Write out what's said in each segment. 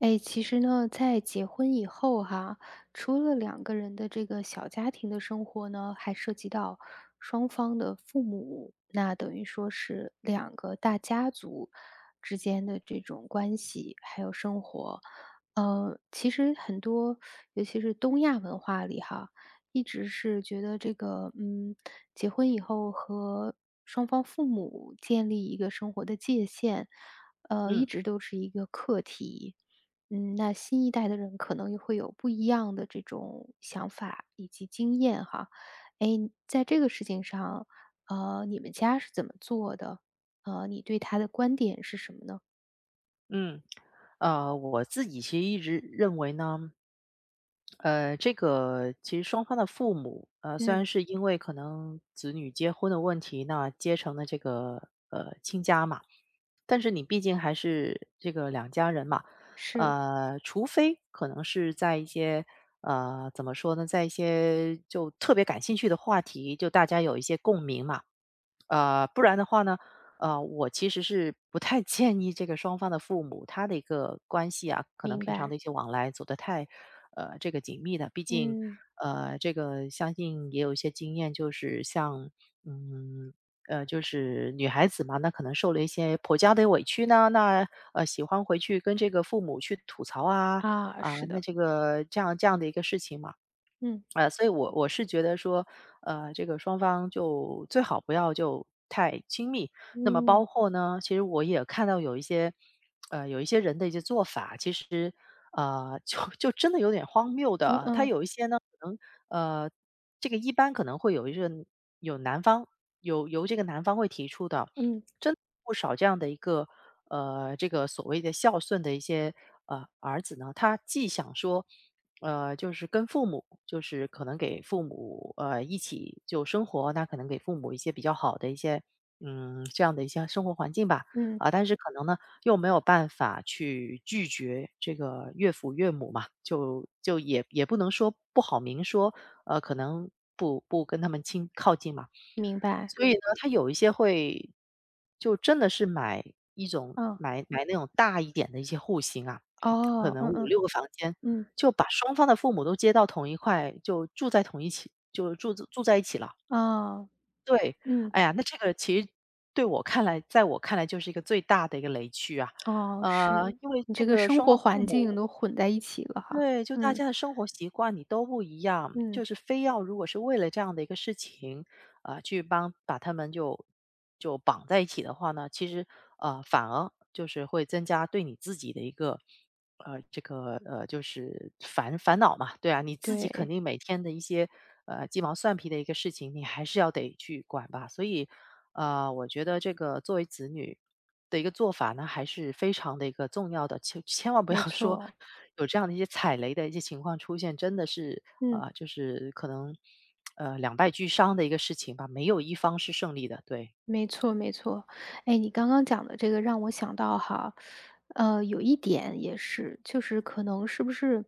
哎，其实呢，在结婚以后哈，除了两个人的这个小家庭的生活呢，还涉及到双方的父母，那等于说是两个大家族之间的这种关系，还有生活。其实很多，尤其是东亚文化里哈，一直是觉得这个，结婚以后和双方父母建立一个生活的界限，嗯一直都是一个课题。嗯，那新一代的人可能也会有不一样的这种想法以及经验哈。哎，在这个事情上，你们家是怎么做的？你对他的观点是什么呢？嗯，我自己其实一直认为呢，这个其实双方的父母，虽然嗯，是因为可能子女结婚的问题，那结成了这个亲家嘛，但是你毕竟还是这个两家人嘛，是，除非可能是在一些怎么说呢，在一些就特别感兴趣的话题，就大家有一些共鸣嘛，不然的话呢，我其实是不太建议这个双方的父母他的一个关系啊，可能明平常的白，一些往来走得太，这个紧密的。毕竟，嗯，这个相信也有一些经验，就是像，嗯，就是女孩子嘛，那可能受了一些婆家的委屈呢，那喜欢回去跟这个父母去吐槽啊。啊，啊，是那的，这个这样的一个事情嘛。嗯啊，所以我是觉得说，这个双方就最好不要就太亲密。那么包嗯，括呢，其实我也看到有一些，有一些人的一些做法，其实，就真的有点荒谬的嗯啊。他嗯有一些呢，可能，呃，这个一般可能会有一个有男方由这个男方会提出的，嗯真的不少这样的一个，这个所谓的孝顺的一些儿子呢，他既想说。就是跟父母，就是可能给父母，一起就生活，那可能给父母一些比较好的一些，这样的一些生活环境吧。嗯，啊，但是可能呢，又没有办法去拒绝这个岳父岳母嘛，就也不能说不好明说，可能不跟他们亲靠近嘛。明白，所以呢，他有一些会就真的是买一种嗯买那种大一点的一些户型啊，可哦，能嗯五嗯六个房间，嗯就把双方的父母都接到同一块，就住在同一起就住在一起了。哦，对。嗯哎呀，那这个其实对我看来在我看来就是一个最大的一个雷区啊。哦，是因为你这这个个生双活方父环境母都混在一起了哈。对，就大嗯家的生活习惯你都不一样，嗯，就是非要如果是为了这样的一个事情，啊、去帮把他们就绑在一起的话呢，其实反而就是会增加对你自己的一个就是烦恼嘛，对啊，你自己肯对。定每天的一些鸡毛蒜皮的一个事情，你还是要得去管吧，所以我觉得这个作为子女。的一个做法呢，还是非常的一个重要的，千万不要 没 说错，有这样的一些踩雷的一些情况出现，真的是嗯，啊、就是可能两败俱伤的一个事情吧，没有一方是胜利的，对。没错没错。哎，你刚刚讲的这个让我想到哈，有一点也是，就是可能是不是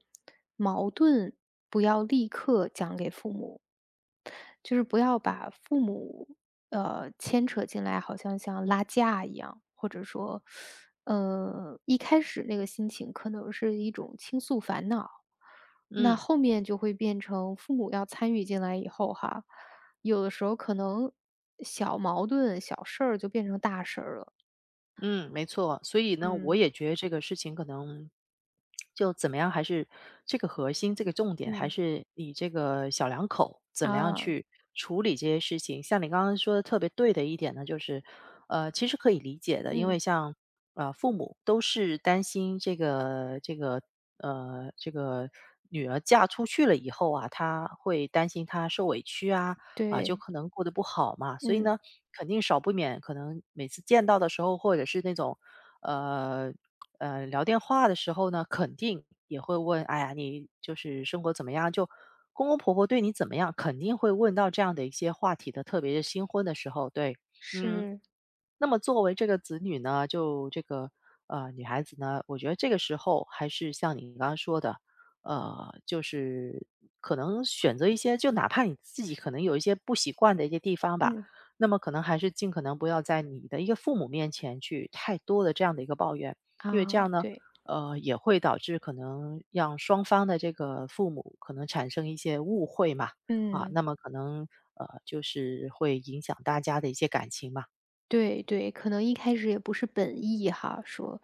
矛盾不要立刻讲给父母，就是不要把父母，牵扯进来，好像像拉架一样，或者说，一开始那个心情可能是一种倾诉烦恼，那嗯。后面就会变成父母要参与进来以后哈，有的时候可能小矛盾、小事儿就变成大事儿了。嗯，没错。所以呢，我嗯，也觉得这个事情可能就怎么样，还是这个核心、这个重点，还嗯，是你这个小两口怎么样啊，去处理这些事情。像你刚刚说的特别对的一点呢，就是其实可以理解的，因为嗯，像父母都是担心这个呃这个女儿嫁出去了以后啊，她会担心她受委屈啊。啊，就对，可能过得不好嘛，所以嗯，呢。肯定少不免可能每次见到的时候，或者是那种，呃，聊电话的时候呢，肯定也会问："哎呀，你就是生活怎么样？"就公公婆婆对你怎么样，肯定会问到这样的一些话题的，特别是新婚的时候，对。嗯。是，那么作为这个子女呢，就这个女孩子呢，我觉得这个时候还是像你刚刚说的，就是可能选择一些，就哪怕你自己可能有一些不习惯的一些地方吧，嗯，那么可能还是尽可能不要在你的一个父母面前去太多的这样的一个抱怨，因为这啊，样呢，对，也会导致可能让双方的这个父母可能产生一些误会嘛，啊，嗯。那么可能就是会影响大家的一些感情嘛。对对，可能一开始也不是本意哈，说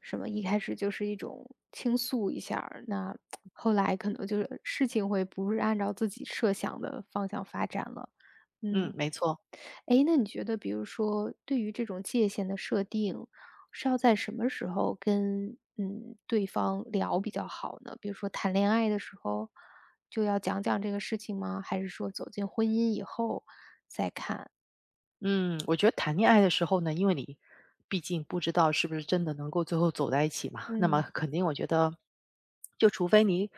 什么一开始就是一种倾诉一下儿那后来可能就是事情会不是按照自己设想的方向发展了。嗯，嗯，没错。诶，那你觉得比如说对于这种界限的设定，是要在什么时候跟对方聊比较好呢？比如说谈恋爱的时候就要讲讲这个事情吗？还是说走进婚姻以后？嗯，我觉得谈恋爱的时候呢，因为你毕竟不知道是不是真的能够最后走在一起嘛，那么嗯，肯定我觉得，就除非你，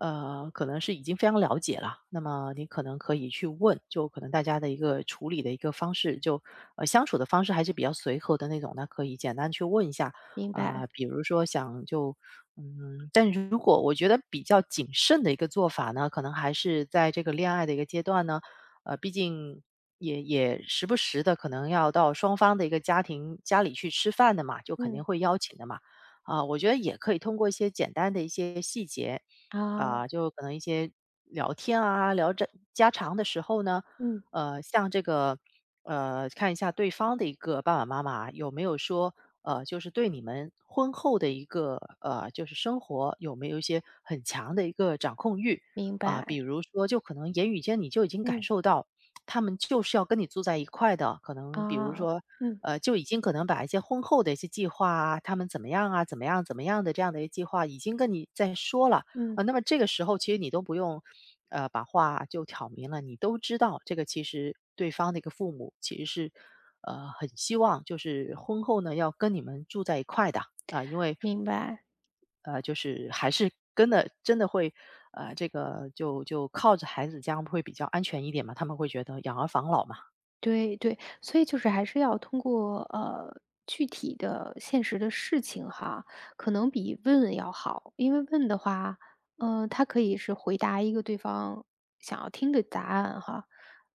可能是已经非常了解了，那么你可能可以去问，就可能大家的一个处理的一个方式，就相处的方式还是比较随和的那种，那可以简单去问一下明啊、白，比如说想就。嗯，但如果我觉得比较谨慎的一个做法呢，可能还是在这个恋爱的一个阶段呢，毕竟也时不时的可能要到双方的一个家庭家里去吃饭的嘛，就肯定嗯，会邀请的嘛。啊，我觉得也可以通过一些简单的一些细节，啊。啊，就可能一些聊天啊，聊着家常的时候呢，嗯，像这个，看一下对方的一个爸爸妈妈有没有说，就是对你们婚后的一个，就是生活有没有一些很强的一个掌控欲。明啊，比白，如说就可能言语间你就已经感嗯，受到他们就是要跟你住在一块的，可能比如啊，说，嗯就已经可能把一些婚后的一些计划啊，他们怎么样啊，怎么样的这样的一些计划，已经跟你在说了嗯，啊。那么这个时候，其实你都不用，把话就挑明了，你都知道这个其实对方的一个父母其实是，很希望就是婚后呢要跟你们住在一块的啊，因为明白，就是还是跟的真的会，这个就靠着孩子这样会比较安全一点嘛，他们会觉得养儿防老嘛。对对，所以就是还是要通过具体的现实的事情哈，可能比问要好，因为问的话，它可以是回答一个对方想要听的答案哈，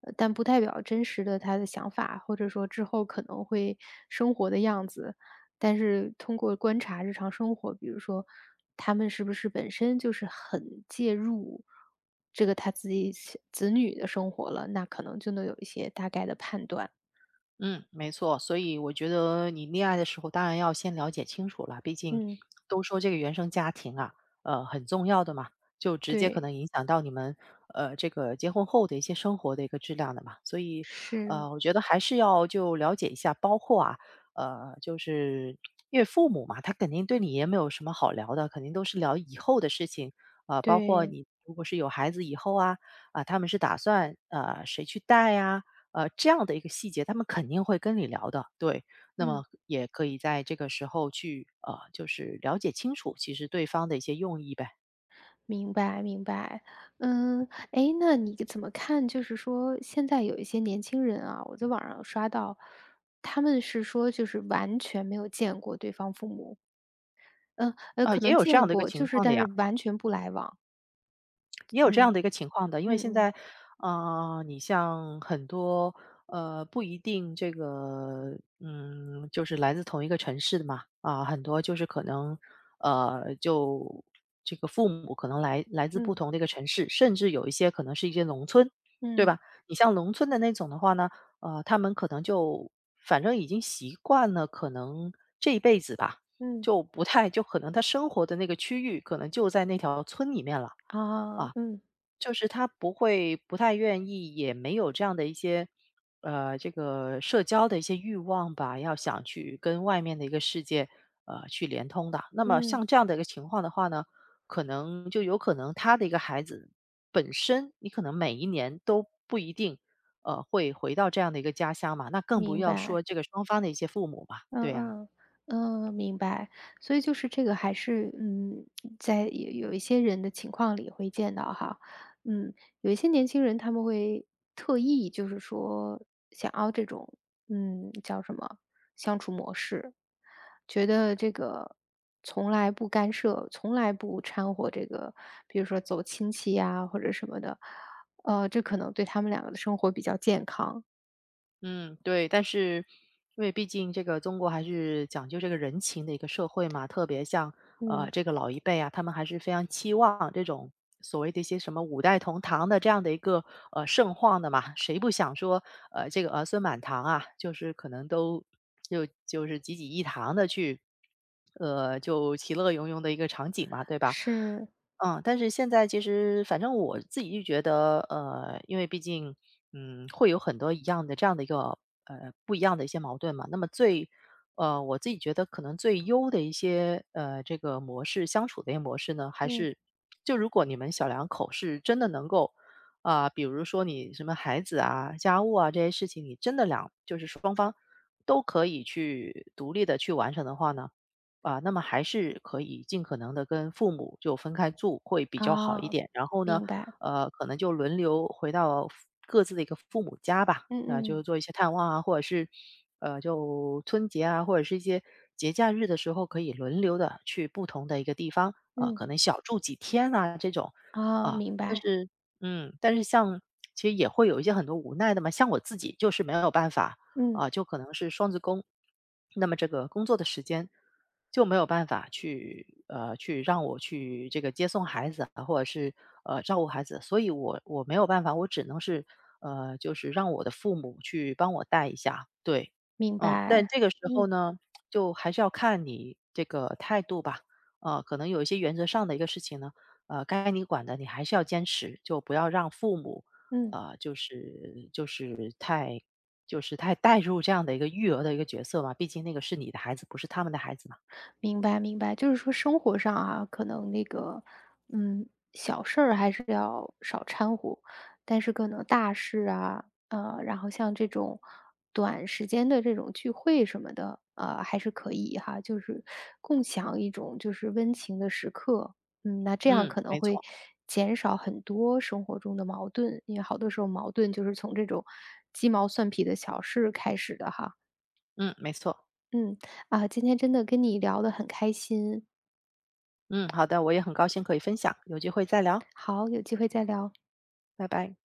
但不代表真实的他的想法，或者说之后可能会生活的样子，但是通过观察日常生活，比如说他们是不是本身就是很介入这个他自己小子女的生活了，那可能就能有一些大概的判断。嗯，没错，所以我觉得你恋爱的时候，当然要先了解清楚了。毕竟嗯，都说这个原生家庭啊，很重要的嘛，就直接可对，能影响到你们这个结婚后的一些生活的一个质量的嘛。所以是，我觉得还是要就了解一下，包括啊，就是因为父母嘛，他肯定对你也没有什么好聊的，肯定都是聊以后的事情啊、包括对，你如果是有孩子以后啊，啊、他们是打算谁去带呀、这样的一个细节，他们肯定会跟你聊的，对。那么嗯，也可以在这个时候去，就是了解清楚其实对方的一些用意呗。明白明白。嗯，诶，那你怎么看？就是说现在有一些年轻人啊，我在网上刷到，他们是说就是完全没有见过对方父母，嗯，啊，可也能有这样见的一个过，就情是况的但是呀。完全不来往。也有这样嗯。的一个情况的，因为嗯现嗯在，你像很多，不一定这个，就是来自同一个城市的嘛，啊，很多就是可能，就这个父母可能来自不嗯同的一个城市，甚至有一些可能是一些农村，对嗯吧？你像农村的那种的话呢，他们可能就反正已经习惯了，可能这一辈子吧，嗯，就不太就可能他生活的那个区域可能就在那条村里面了。哦，嗯就是他不会不太愿意，也没有这样的一些，这个社交的一些欲望吧，要想去跟外面的一个世界，去连通的。那么嗯，像这样的一个情况的话呢，可能就有可能他的一个孩子本身，你可能每一年都不一定，会回到这样的一个家乡嘛，那更不明要说白。这个双方的一些父母嘛，对嗯呀、嗯，嗯，明白。所以就是这个还是，在有一些人的情况里会见到哈。嗯，有一些年轻人他们会特意就是说想要这种，叫什么，相处模式，觉得这个从来不干涉，从来不掺和这个，比如说走亲戚呀或者什么的，这可能对他们两个的生活比较健康。嗯，对，但是因为毕竟这个中国还是讲究这个人情的一个社会嘛，特别像嗯，这个老一辈啊，他们还是非常期望这种所谓的一些什么五代同堂的这样的一个盛况的嘛，谁不想说这个儿孙满堂啊，就是可能都就是济济一堂的去。就其乐融融的一个场景嘛，对吧？是，嗯，但是现在其实反正我自己就觉得，因为毕竟，会有很多一样的这样的一个不一样的一些矛盾嘛。那么最我自己觉得可能最优的一些这个模式相处的一些模式呢，还嗯。是就如果你们小两口是真的能够啊、比如说你什么孩子啊、家务啊这些事情，你真的就是双方都可以去独立的去完成的话呢。啊，那么还是可以尽可能的跟父母就分开住会比较好一哦，点。然后呢，明白，可能就轮流回到各自的一个父母家吧，嗯就是嗯，做一些探望啊，或者是，就春节啊，或者是一些节假日的时候，可以轮流的去不同的一个地方，嗯，可能小住几天啊这种。哦，啊，明白，但是像其实也会有一些很多无奈的嘛，像我自己就是没有办法，嗯，啊，就可能是双职工，那么这个工作的时间就没有办法去去让我去这个接送孩子啊，或者是照顾孩子，所以我没有办法，我只能是就是让我的父母去帮我带一下，对。明嗯，但白，这个时候嗯，呢，就还是要看你这个态度吧，可能有一些原则上的一个事情呢，该你管的你还是要坚持，就不要让父母。嗯。就是就是太带入这样的一个育儿的一个角色嘛，毕竟那个是你的孩子，不是他们的孩子嘛。明白明白，就是说生活上啊，可能那个，嗯，小事儿还是要少掺和，但是可能大事啊，然后像这种短时间的这种聚会什么的，还是可以哈，就是共享一种就是温情的时刻，嗯，那这样嗯，可能没会错。减少很多生活中的矛盾，因为好多时候矛盾就是从这种鸡毛蒜皮的小事开始的哈，嗯，没错。嗯，啊，今天真的跟你聊得很开心。嗯，好的，我也很高兴可以分享，有机会再聊。好，有机会再聊。拜拜。